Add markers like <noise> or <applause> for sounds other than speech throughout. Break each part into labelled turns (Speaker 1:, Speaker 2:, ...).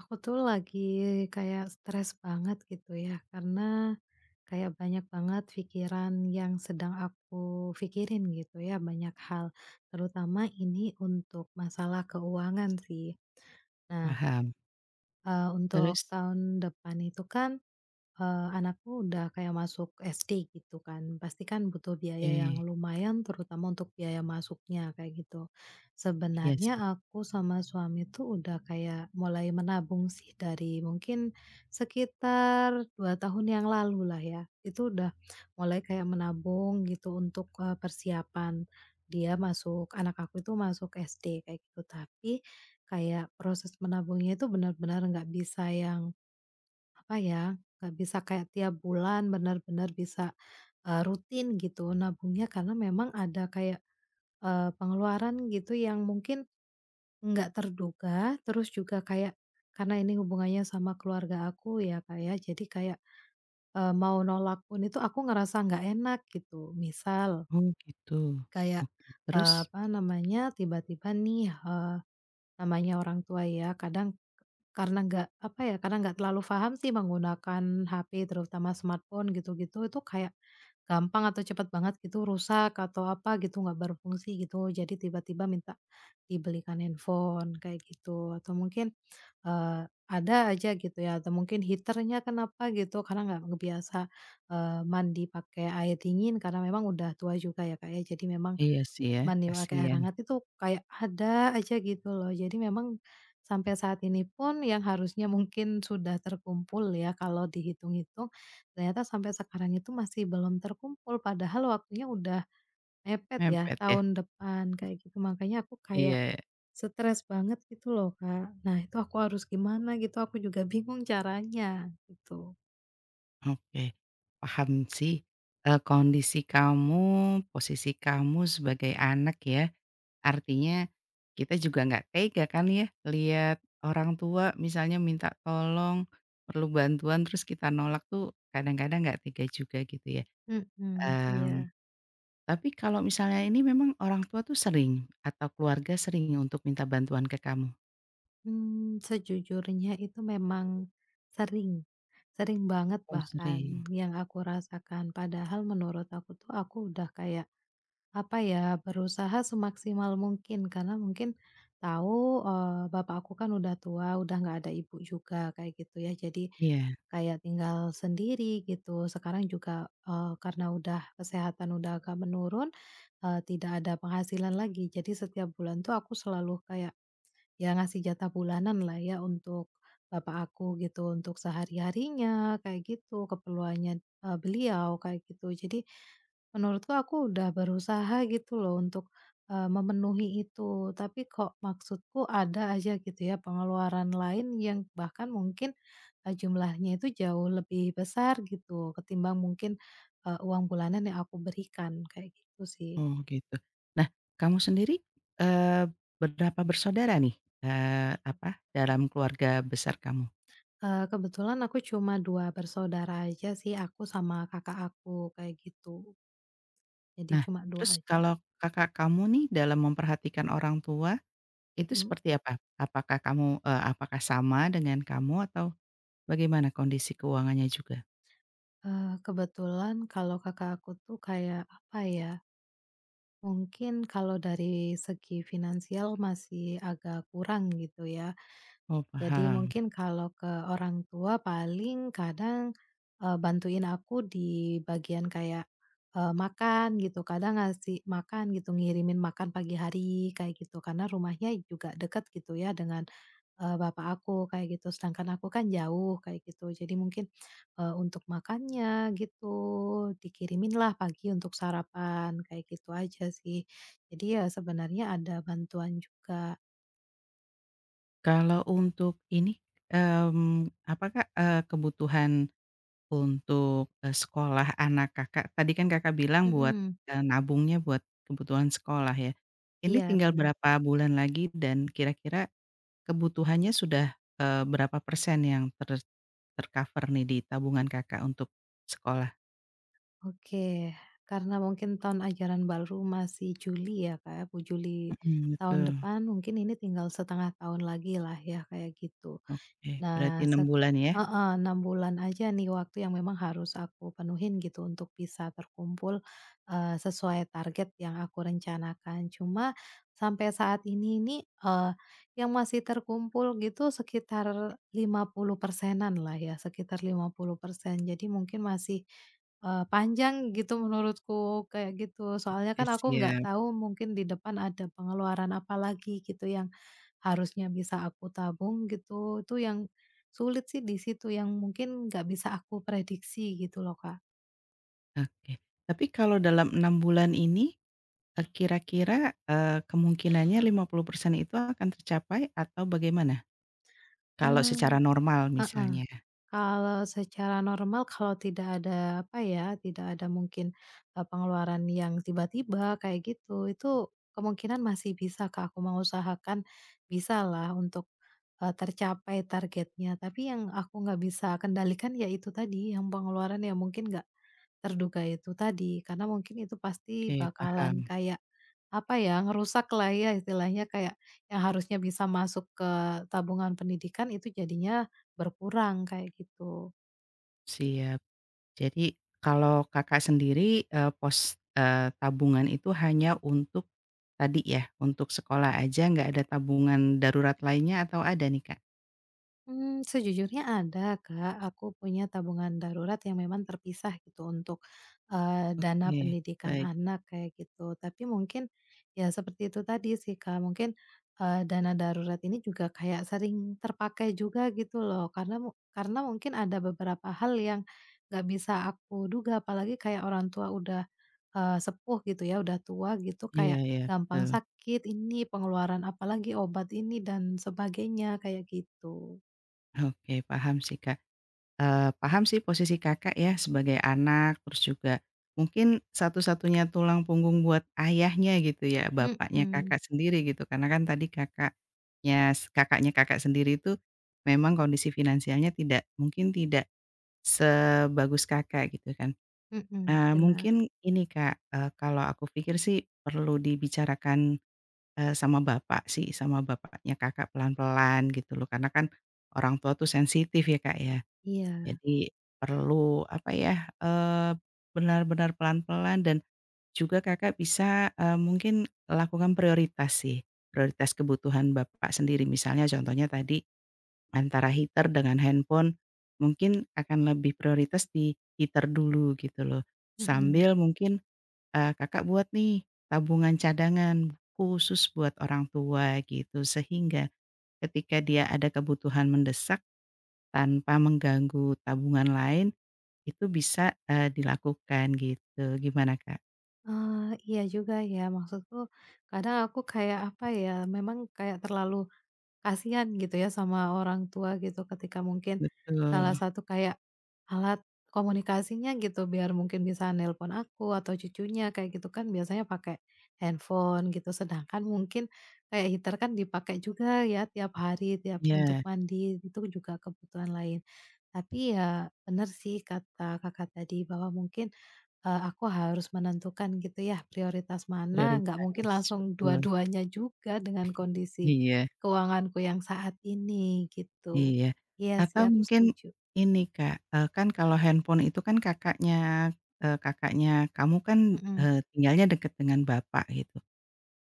Speaker 1: Aku tuh lagi kayak stres banget gitu ya, karena kayak banyak banget pikiran yang sedang aku pikirin gitu ya, banyak hal, terutama ini untuk masalah keuangan sih. Nah,
Speaker 2: Paham.
Speaker 1: untuk
Speaker 2: Terus?
Speaker 1: tahun depan itu kan anakku udah kayak masuk SD gitu kan, pasti kan butuh biaya yang
Speaker 2: eh
Speaker 1: lumayan terutama untuk biaya masuknya kayak gitu.
Speaker 2: iya sih.
Speaker 1: Sebenarnya aku sama suami tuh udah kayak mulai menabung sih dari mungkin sekitar 2 tahun yang lalu lah ya, itu udah mulai kayak menabung gitu untuk, persiapan dia masuk anak aku itu masuk SD kayak gitu. Tapi kayak proses menabungnya itu benar-benar nggak bisa yang apa ya, nggak bisa kayak tiap bulan benar-benar bisa, rutin gitu nabungnya karena memang ada kayak, pengeluaran gitu yang mungkin nggak terduga, terus juga kayak karena ini hubungannya sama keluarga aku ya, Kak, ya, jadi kayak, mau nolak pun itu aku ngerasa nggak enak gitu. Misal
Speaker 2: Oh gitu.
Speaker 1: kayak,
Speaker 2: Oke. Terus?
Speaker 1: apa namanya, tiba-tiba nih, namanya orang tua ya kadang karena nggak, apa ya, karena nggak terlalu paham sih menggunakan HP terutama smartphone gitu-gitu, itu kayak gampang atau cepat banget gitu rusak atau apa gitu, nggak berfungsi gitu. Jadi tiba-tiba minta dibelikan handphone kayak gitu atau mungkin, ada aja gitu ya atau mungkin heater kenapa gitu, karena nggak kebiasa, mandi pakai air dingin karena memang udah tua juga ya, kayak Jadi memang
Speaker 2: Iya sih ya,
Speaker 1: Mandi pakai air
Speaker 2: kasihan.
Speaker 1: hangat itu kayak ada aja gitu loh. Jadi memang sampai saat ini pun yang harusnya mungkin sudah terkumpul ya kalau dihitung-hitung, ternyata sampai sekarang itu masih belum terkumpul padahal waktunya udah mepet ya
Speaker 2: Mepet ya?
Speaker 1: tahun depan kayak gitu. Makanya aku kayak
Speaker 2: Iya,
Speaker 1: stres banget gitu loh, Kak. Nah, itu aku harus gimana gitu, aku juga bingung caranya gitu.
Speaker 2: oke. Paham sih, kondisi kamu, posisi kamu sebagai anak ya, artinya kita juga nggak tega kan ya lihat orang tua misalnya minta tolong, perlu bantuan terus kita nolak tuh kadang-kadang nggak tega juga gitu ya,
Speaker 1: Mhm, iya.
Speaker 2: mmm Tapi kalau misalnya ini memang orang tua tuh sering atau keluarga sering untuk minta bantuan ke kamu?
Speaker 1: Hmm, sejujurnya itu memang sering, sering banget
Speaker 2: Oh sering,
Speaker 1: bahkan yang aku rasakan. Padahal menurut aku tuh aku udah kayak, apa ya, berusaha semaksimal mungkin karena mungkin tahu, bapak aku kan udah tua, udah nggak ada ibu juga kayak gitu ya. Jadi
Speaker 2: iya,
Speaker 1: kayak tinggal sendiri gitu. Sekarang juga, karena udah kesehatan udah agak menurun, tidak ada penghasilan lagi. Jadi setiap bulan tuh aku selalu kayak Ya ngasih jatah bulanan lah ya untuk bapak aku gitu, untuk sehari-harinya kayak gitu, keperluannya, beliau kayak gitu. Jadi menurutku aku udah berusaha gitu loh untuk, memenuhi itu, tapi kok maksudku ada aja gitu ya pengeluaran lain yang bahkan mungkin, jumlahnya itu jauh lebih besar gitu ketimbang mungkin, uang bulanan yang aku berikan, kayak gitu sih.
Speaker 2: oh gitu. Nah kamu sendiri, eee, berapa bersaudara nih? Apa, dalam keluarga besar kamu?
Speaker 1: Kebetulan aku cuma 2 bersaudara aja sih, aku sama kakak aku, kayak gitu. Jadi
Speaker 2: Nah
Speaker 1: cuma 2
Speaker 2: terus
Speaker 1: aja,
Speaker 2: kalau kakak kamu nih dalam memperhatikan orang tua, itu
Speaker 1: mhm.
Speaker 2: seperti apa? Apakah kamu apakah sama dengan kamu atau bagaimana kondisi keuangannya juga?
Speaker 1: Kebetulan kalau kakak aku tuh kayak, apa ya, mungkin kalau dari segi finansial masih agak kurang gitu ya.
Speaker 2: Oh
Speaker 1: Jadi
Speaker 2: paham.
Speaker 1: mungkin kalau ke orang tua paling kadang, bantuin aku di bagian kayak, makan gitu, kadang ngasih makan gitu, ngirimin makan pagi hari kayak gitu, karena rumahnya juga deket gitu ya dengan, bapak aku kayak gitu, sedangkan aku kan jauh kayak gitu. Jadi mungkin, untuk makannya gitu dikirimin lah pagi untuk sarapan kayak gitu aja sih. Jadi ya sebenarnya ada bantuan juga.
Speaker 2: Kalau untuk ini, apa Kak, kebutuhan untuk, sekolah anak Kakak, tadi kan Kakak bilang buat,
Speaker 1: Mhm,
Speaker 2: nabungnya buat kebutuhan sekolah ya. Ini
Speaker 1: iya
Speaker 2: tinggal
Speaker 1: benar.
Speaker 2: berapa bulan lagi dan kira-kira kebutuhannya sudah, berapa persen yang ter ter nih di tabungan Kakak untuk sekolah?
Speaker 1: Oke, karena mungkin tahun ajaran baru masih Juli ya, Kak, ya, bu Juli
Speaker 2: Mhm,
Speaker 1: tahun
Speaker 2: betul.
Speaker 1: depan mungkin ini tinggal setengah tahun lagi lah ya, kayak gitu.
Speaker 2: Oke, berarti
Speaker 1: Nah,
Speaker 2: 6 bulan ya?
Speaker 1: heeh, 6 bulan aja nih waktu yang memang harus aku penuhin gitu untuk bisa terkumpul, sesuai target yang aku rencanakan. Cuma sampai saat ini eee, yang masih terkumpul gitu sekitar 50 persenan lah ya, sekitar 50 persen. Jadi mungkin masih, panjang gitu menurutku kayak gitu. Soalnya
Speaker 2: Oke
Speaker 1: kan aku nggak
Speaker 2: siap,
Speaker 1: tahu mungkin di depan ada pengeluaran apa lagi gitu yang harusnya bisa aku tabung gitu, itu yang Sulit sih di situ yang mungkin nggak bisa aku prediksi gitu loh, Kak.
Speaker 2: oke. Tapi kalau dalam 6 bulan ini kira-kira, kemungkinannya 50% itu akan tercapai atau bagaimana? Kalau
Speaker 1: Eee.
Speaker 2: secara normal
Speaker 1: Heeh,
Speaker 2: misalnya.
Speaker 1: kalau secara normal kalau tidak ada apa ya, tidak ada mungkin, pengeluaran yang tiba-tiba kayak gitu, itu kemungkinan masih bisa, Kak, aku mengusahakan bisalah untuk, tercapai targetnya. Tapi yang aku nggak bisa kendalikan ya itu tadi, yang pengeluaran yang mungkin nggak terduga itu tadi. Karena mungkin itu pasti
Speaker 2: Oke,
Speaker 1: bakalan
Speaker 2: paham.
Speaker 1: kayak, apa ya, ngerusak lah ya istilahnya kayak yang harusnya bisa masuk ke tabungan pendidikan itu jadinya berkurang kayak gitu.
Speaker 2: Siap. Jadi kalau Kakak sendiri, tabungan itu hanya untuk tadi ya, untuk sekolah aja nggak ada tabungan darurat lainnya atau ada nih, Kak?
Speaker 1: Hmm, sejujurnya ada, Kak. Aku punya tabungan darurat yang memang terpisah gitu untuk, dana
Speaker 2: Oke,
Speaker 1: pendidikan
Speaker 2: baik.
Speaker 1: anak kayak gitu. Tapi mungkin ya seperti itu tadi sih, Kak, mungkin, dana darurat ini juga kayak sering terpakai juga gitu loh karena karena mungkin ada beberapa hal yang nggak bisa aku duga apalagi kayak orang tua udah, sepuh gitu ya, udah tua gitu
Speaker 2: Iya
Speaker 1: kayak
Speaker 2: iya, betul.
Speaker 1: gampang sakit ini, pengeluaran apalagi obat ini dan sebagainya kayak gitu.
Speaker 2: Oke, paham sih, Kak. Paham sih posisi Kakak ya sebagai anak, terus juga mungkin satu-satunya tulang punggung buat ayahnya gitu ya, bapaknya
Speaker 1: Mhm
Speaker 2: Kakak sendiri gitu. Karena kan tadi kakaknya kakaknya Kakak sendiri itu memang kondisi finansialnya tidak mungkin tidak sebagus Kakak gitu kan.
Speaker 1: mhm, benar,
Speaker 2: Mungkin ini Kak, kalau aku pikir sih perlu dibicarakan, sama bapak sih, sama bapaknya Kakak pelan-pelan gitu loh, karena kan orang tua tuh sensitif ya Kak ya.
Speaker 1: iya,
Speaker 2: Jadi perlu apa ya, benar-benar pelan-pelan dan juga Kakak bisa, mungkin lakukan prioritas sih, prioritas kebutuhan Bapak sendiri. Misalnya contohnya tadi antara heater dengan handphone, mungkin akan lebih prioritas di heater dulu gitu loh.
Speaker 1: mhm.
Speaker 2: Sambil mungkin, Kakak buat nih tabungan cadangan khusus buat orang tua gitu, sehingga ketika dia ada kebutuhan mendesak tanpa mengganggu tabungan lain itu bisa, dilakukan gitu, gimana Kak?
Speaker 1: Iya juga ya, maksudku kadang aku kayak, apa ya, memang kayak terlalu Kasihan gitu ya sama orang tua gitu ketika mungkin salah
Speaker 2: Betul,
Speaker 1: satu kayak alat komunikasinya gitu biar mungkin bisa nelpon aku atau cucunya kayak gitu kan biasanya pakai handphone gitu, sedangkan mungkin kayak heater kan dipakai juga ya tiap hari, tiap untuk
Speaker 2: iya,
Speaker 1: mandi, itu juga kebutuhan lain. Tapi ya benar sih kata Kakak tadi bahwa mungkin aku harus menentukan gitu ya prioritas mana, nggak mungkin
Speaker 2: prioritas,
Speaker 1: langsung
Speaker 2: betul,
Speaker 1: dua-duanya juga dengan kondisi
Speaker 2: iya
Speaker 1: keuanganku yang saat ini gitu.
Speaker 2: iya.
Speaker 1: Iya sih
Speaker 2: Atau
Speaker 1: aku
Speaker 2: mungkin
Speaker 1: setuju.
Speaker 2: ini Kak, kan kalau handphone itu kan kakaknya eee, kakaknya kamu kan,
Speaker 1: Mhm
Speaker 2: tinggalnya deket dengan bapak gitu.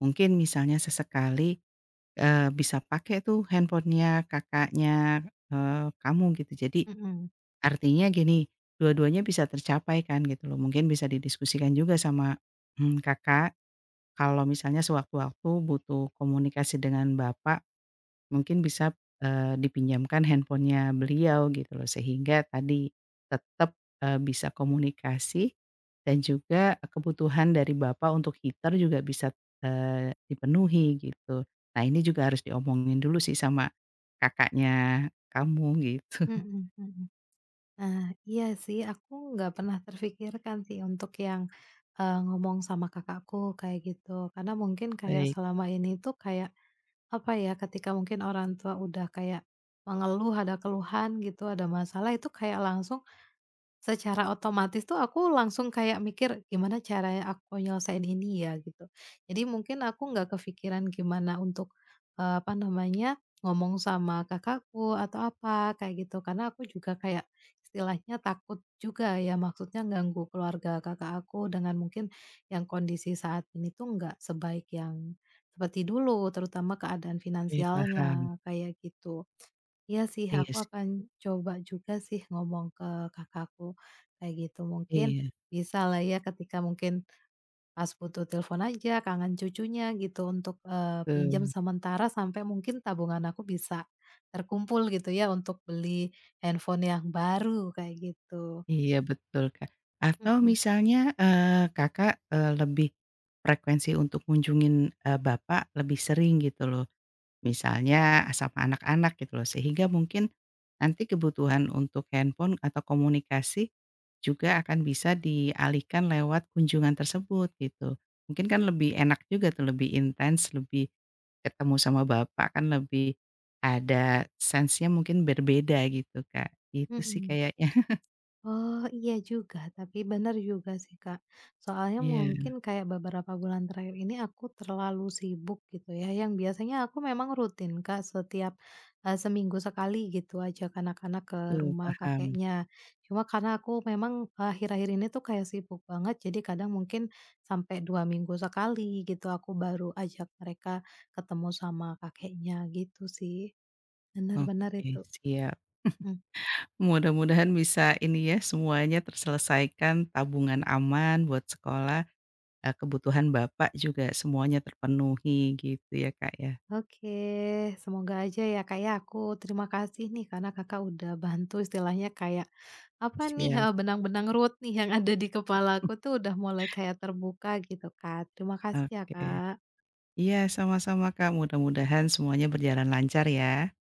Speaker 2: Mungkin misalnya sesekali, bisa pakai tuh handphonenya kakaknya, eee, kamu gitu. Jadi
Speaker 1: mhm
Speaker 2: artinya gini, dua-duanya bisa tercapai kan gitu loh, mungkin bisa didiskusikan juga sama, Kakak. Kalau misalnya sewaktu-waktu butuh komunikasi dengan bapak, mungkin bisa, dipinjamkan handphonenya beliau gitu loh, sehingga tadi tetap, bisa komunikasi dan juga kebutuhan dari bapak untuk heater juga bisa, dipenuhi gitu. Nah ini juga harus diomongin dulu sih sama kakaknya kamu gitu.
Speaker 1: mhm mhm. Nah iya sih aku nggak pernah terfikirkan sih untuk yang, ngomong sama kakakku kayak gitu karena mungkin kayak
Speaker 2: Baik,
Speaker 1: selama ini tuh kayak apa ya ketika mungkin orang tua udah kayak mengeluh, ada keluhan gitu, ada masalah itu kayak langsung Secara otomatis tuh aku langsung kayak mikir, "Gimana caranya aku nyelesain ini ya?" Gitu. Jadi mungkin aku nggak kepikiran gimana untuk, apa namanya, ngomong sama kakakku atau apa, kayak gitu. Karena aku juga kayak istilahnya takut juga ya, maksudnya ganggu keluarga kakak aku dengan mungkin yang kondisi saat ini tuh nggak sebaik yang seperti dulu, terutama keadaan
Speaker 2: oke paham.
Speaker 1: finansialnya, kayak gitu. Iya sih,
Speaker 2: Iya
Speaker 1: aku
Speaker 2: sih,
Speaker 1: akan coba juga sih ngomong ke kakakku kayak gitu. Mungkin
Speaker 2: iya.
Speaker 1: bisa lah ya ketika mungkin pas butuh telepon aja, kangen cucunya gitu untuk pinjam
Speaker 2: Betul.
Speaker 1: sementara sampai mungkin tabungan aku bisa terkumpul gitu ya untuk beli handphone yang baru kayak gitu.
Speaker 2: Iya betul, Kak. Atau
Speaker 1: Mm-mm,
Speaker 2: misalnya, Kakak, lebih frekuensi untuk kunjungin eee, bapak lebih sering gitu loh. Misalnya sama anak-anak gitu loh, sehingga mungkin nanti kebutuhan untuk handphone atau komunikasi juga akan bisa dialihkan lewat kunjungan tersebut gitu. Mungkin kan lebih enak juga tuh, lebih intens, lebih ketemu sama bapak kan lebih ada sense-nya mungkin berbeda gitu, Kak. Itu sih
Speaker 1: mm-mm.
Speaker 2: kayaknya. <laughs>
Speaker 1: Oh, iya juga, tapi bener juga sih, Kak. Soalnya
Speaker 2: Iya.
Speaker 1: mungkin kayak beberapa bulan terakhir ini aku terlalu sibuk gitu ya, yang biasanya aku memang rutin, Kak, setiap, seminggu sekali gitu ajak anak-anak ke rumah
Speaker 2: Paham.
Speaker 1: kakeknya. Cuma karena aku memang akhir-akhir ini tuh kayak sibuk banget, jadi kadang mungkin sampai 2 minggu sekali gitu aku baru ajak mereka ketemu sama kakeknya gitu sih. Benar-benar
Speaker 2: Oke,
Speaker 1: itu,
Speaker 2: siap.
Speaker 1: mhm.
Speaker 2: Mudah-mudahan bisa ini ya, semuanya terselesaikan, tabungan aman buat sekolah, kebutuhan Bapak juga semuanya terpenuhi gitu ya, Kak, ya?
Speaker 1: Oke, semoga aja ya Kak ya, aku terima kasih nih karena Kakak udah bantu istilahnya kayak, apa nih,
Speaker 2: Siap,
Speaker 1: benang-benang ruwet nih yang ada di kepala aku tuh udah mulai kayak terbuka gitu Kak. Terima kasih ya
Speaker 2: oke.
Speaker 1: Kak.
Speaker 2: Iya, sama-sama, Kak, mudah-mudahan semuanya berjalan lancar ya.